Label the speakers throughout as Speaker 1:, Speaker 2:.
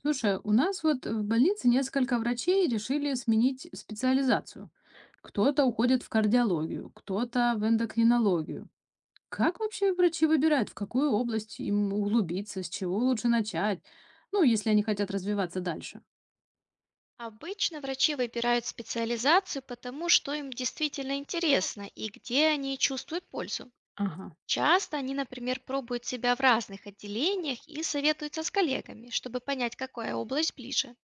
Speaker 1: Слушай, у нас вот в больнице несколько врачей решили сменить специализацию. Кто-то уходит в кардиологию, кто-то в эндокринологию. Как вообще врачи выбирают, в какую область им углубиться, с чего лучше начать? Ну, если они хотят развиваться дальше.
Speaker 2: Обычно врачи выбирают специализацию потому, что им действительно интересно и где они чувствуют пользу.
Speaker 1: Ага.
Speaker 2: Часто они, например, пробуют себя в разных отделениях и советуются с коллегами, чтобы понять, какая область ближе.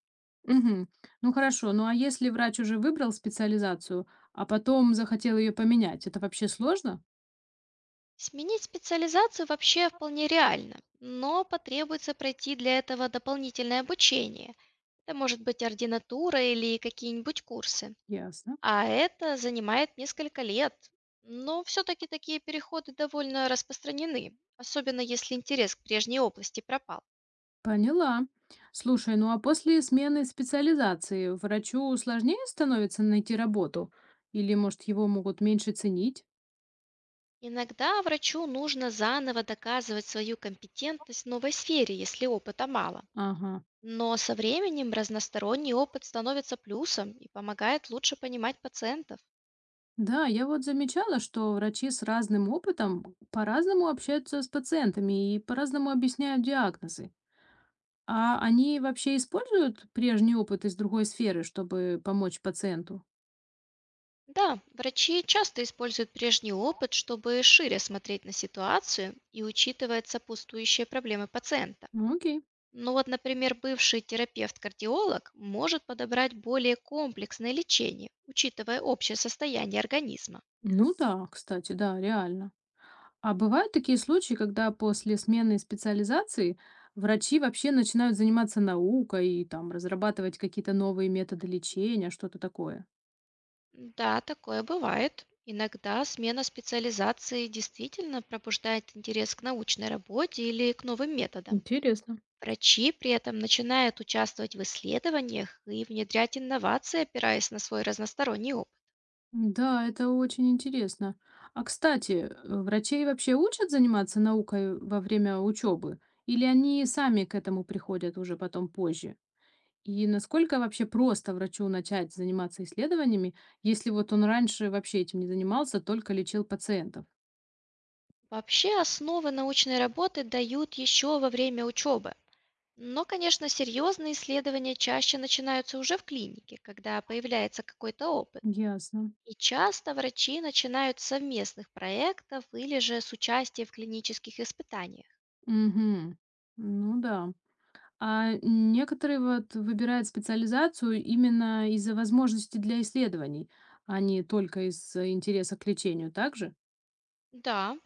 Speaker 1: Мгм. Ну хорошо, ну а если врач уже выбрал специализацию, а потом захотел ее поменять, это вообще сложно?
Speaker 2: Сменить специализацию вообще вполне реально, но потребуется пройти для этого дополнительное обучение. Это может быть ординатура или какие-нибудь курсы.
Speaker 1: Ясно.
Speaker 2: А это занимает несколько лет. Но все-таки такие переходы довольно распространены, особенно если интерес к прежней области пропал.
Speaker 1: Поняла. Слушай, ну а после смены специализации врачу сложнее становится найти работу? Или, может, его могут меньше ценить?
Speaker 2: Иногда врачу нужно заново доказывать свою компетентность в новой сфере, если опыта мало.
Speaker 1: Ага.
Speaker 2: Но со временем разносторонний опыт становится плюсом и помогает лучше понимать пациентов.
Speaker 1: Да, я вот замечала, что врачи с разным опытом по-разному общаются с пациентами и по-разному объясняют диагнозы. А они вообще используют прежний опыт из другой сферы, чтобы помочь пациенту?
Speaker 2: Да, врачи часто используют прежний опыт, чтобы шире смотреть на ситуацию и учитывать сопутствующие проблемы пациента.
Speaker 1: Ну, окей.
Speaker 2: Ну вот, например, бывший терапевт-кардиолог может подобрать более комплексное лечение, учитывая общее состояние организма.
Speaker 1: Ну да, кстати, да, реально. А бывают такие случаи, когда после смены специализации врачи вообще начинают заниматься наукой и там разрабатывать какие-то новые методы лечения, что-то такое?
Speaker 2: Да, такое бывает. Иногда смена специализации действительно пробуждает интерес к научной работе или к новым методам.
Speaker 1: Интересно.
Speaker 2: Врачи при этом начинают участвовать в исследованиях и внедрять инновации, опираясь на свой разносторонний опыт.
Speaker 1: Да, это очень интересно. А кстати, врачей вообще учат заниматься наукой во время учебы? Или они сами к этому приходят уже потом позже? И насколько вообще просто врачу начать заниматься исследованиями, если вот он раньше вообще этим не занимался, только лечил пациентов?
Speaker 2: Вообще основы научной работы дают еще во время учебы, но, конечно, серьезные исследования чаще начинаются уже в клинике, когда появляется какой-то опыт.
Speaker 1: Ясно.
Speaker 2: И часто врачи начинают с совместных проектов или же с участия в клинических испытаниях.
Speaker 1: Мгм. Ну да. А некоторые вот выбирают специализацию именно из-за возможности для исследований, а не только из интереса к лечению, также?
Speaker 2: Да,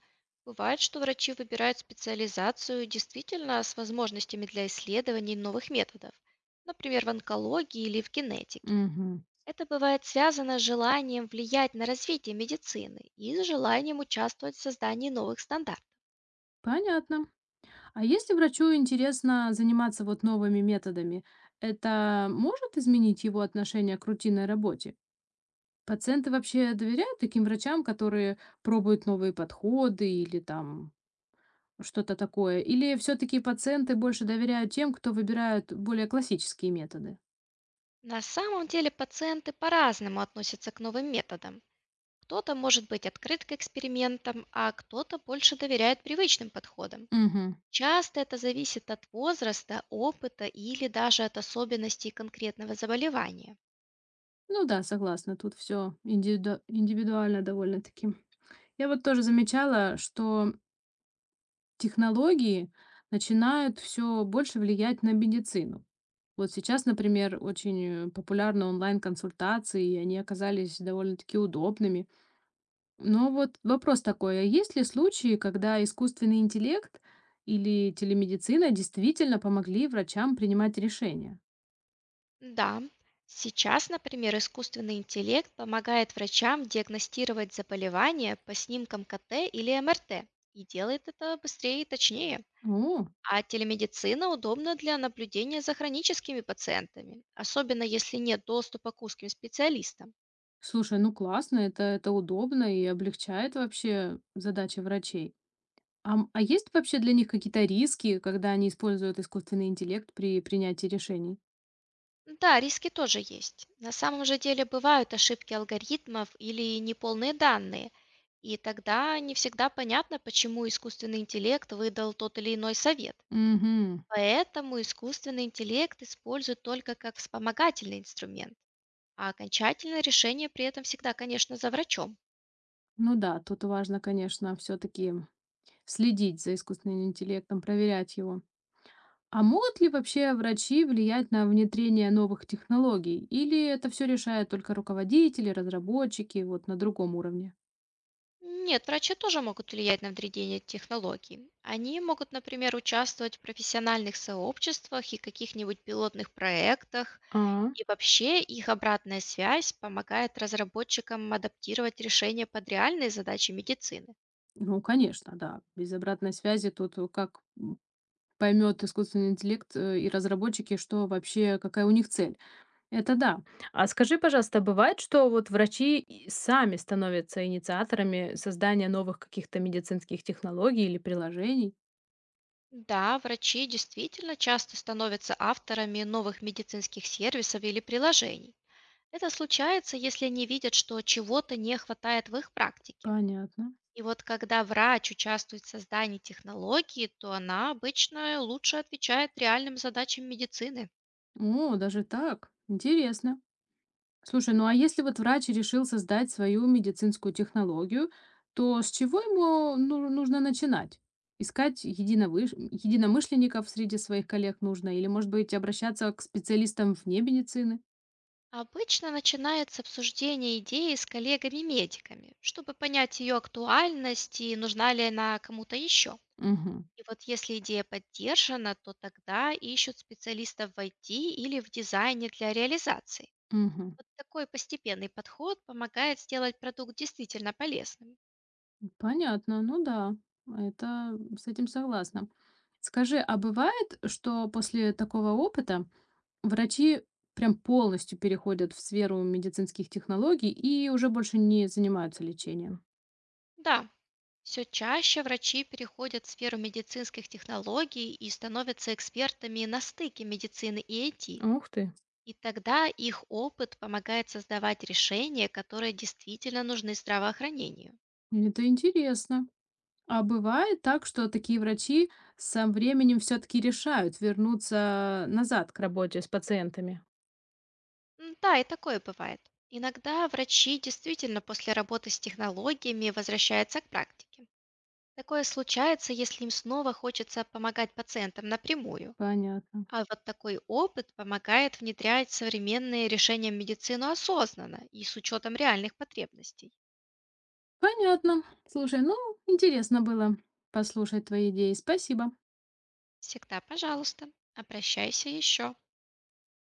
Speaker 2: бывает, что врачи выбирают специализацию действительно с возможностями для исследований новых методов, например, в онкологии или в генетике.
Speaker 1: Мгм.
Speaker 2: Это бывает связано с желанием влиять на развитие медицины и с желанием участвовать в создании новых стандартов.
Speaker 1: Понятно. А если врачу интересно заниматься вот новыми методами, это может изменить его отношение к рутинной работе? Пациенты вообще доверяют таким врачам, которые пробуют новые подходы или там что-то такое? Или все-таки пациенты больше доверяют тем, кто выбирает более классические методы?
Speaker 2: На самом деле пациенты по-разному относятся к новым методам. Кто-то может быть открыт к экспериментам, а кто-то больше доверяет привычным подходам.
Speaker 1: Мгм.
Speaker 2: Часто это зависит от возраста, опыта или даже от особенностей конкретного заболевания.
Speaker 1: Ну да, согласна, тут все индивидуально довольно-таки. Я вот тоже замечала, что технологии начинают все больше влиять на медицину. Вот сейчас, например, очень популярны онлайн-консультации, и они оказались довольно-таки удобными. Но вот вопрос такой, а есть ли случаи, когда искусственный интеллект или телемедицина действительно помогли врачам принимать решения?
Speaker 2: Да, сейчас, например, искусственный интеллект помогает врачам диагностировать заболевания по снимкам КТ или МРТ и делает это быстрее и точнее.
Speaker 1: О,
Speaker 2: А телемедицина удобна для наблюдения за хроническими пациентами, особенно если нет доступа к узким специалистам.
Speaker 1: слушай, ну классно, это удобно и облегчает вообще задачи врачей. А, а есть вообще для них какие-то риски, когда они используют искусственный интеллект при принятии решений?
Speaker 2: Да, риски тоже есть. На самом же деле бывают ошибки алгоритмов или неполные данные, и тогда не всегда понятно, почему искусственный интеллект выдал тот или иной совет.
Speaker 1: Угу.
Speaker 2: Поэтому искусственный интеллект используют только как вспомогательный инструмент, а окончательное решение при этом всегда, конечно, за врачом.
Speaker 1: Ну да, тут важно, конечно, все-таки следить за искусственным интеллектом, проверять его. А могут ли вообще врачи влиять на внедрение новых технологий? Или это все решают только руководители, разработчики, вот на другом уровне?
Speaker 2: Нет, врачи тоже могут влиять на внедрение технологий. Они могут, например, участвовать в профессиональных сообществах и каких-нибудь пилотных проектах.
Speaker 1: А,
Speaker 2: И вообще их обратная связь помогает разработчикам адаптировать решения под реальные задачи медицины.
Speaker 1: ну, конечно, да. Без обратной связи тут как поймет искусственный интеллект и разработчики, что вообще, какая у них цель. Это да. А скажи, пожалуйста, бывает, что вот врачи и сами становятся инициаторами создания новых каких-то медицинских технологий или приложений?
Speaker 2: Да, врачи действительно часто становятся авторами новых медицинских сервисов или приложений. Это случается, если они видят, что чего-то не хватает в их практике.
Speaker 1: Понятно.
Speaker 2: И вот когда врач участвует в создании технологии, то она обычно лучше отвечает реальным задачам медицины.
Speaker 1: О, даже так. Интересно. Слушай, ну а если вот врач решил создать свою медицинскую технологию, то с чего ему нужно начинать? Искать единомышленников среди своих коллег нужно, или, может быть, обращаться к специалистам вне медицины?
Speaker 2: Обычно начинается обсуждение идеи с коллегами-медиками, чтобы понять ее актуальность и нужна ли она кому-то еще.
Speaker 1: Угу,
Speaker 2: И вот если идея поддержана, то тогда ищут специалистов в IT или в дизайне для реализации.
Speaker 1: угу.
Speaker 2: Вот такой постепенный подход помогает сделать продукт действительно полезным.
Speaker 1: Понятно, ну да, это с этим согласна. Скажи, а бывает, что после такого опыта врачи прям полностью переходят в сферу медицинских технологий и уже больше не занимаются лечением?
Speaker 2: Да, все чаще врачи переходят в сферу медицинских технологий и становятся экспертами на стыке медицины и IT,
Speaker 1: Ух ты.
Speaker 2: и тогда их опыт помогает создавать решения, которые действительно нужны здравоохранению.
Speaker 1: Это интересно. А бывает так, что такие врачи со временем все-таки решают вернуться назад к работе с пациентами?
Speaker 2: М. Да, и такое бывает. Иногда врачи действительно после работы с технологиями возвращаются к практике. Такое случается, если им снова хочется помогать пациентам напрямую.
Speaker 1: Понятно.
Speaker 2: А вот такой опыт помогает внедрять современные решения в медицину осознанно и с учетом реальных потребностей.
Speaker 1: Понятно. Слушай, ну, интересно было послушать твои идеи. Спасибо.
Speaker 2: Всегда, пожалуйста, обращайся еще.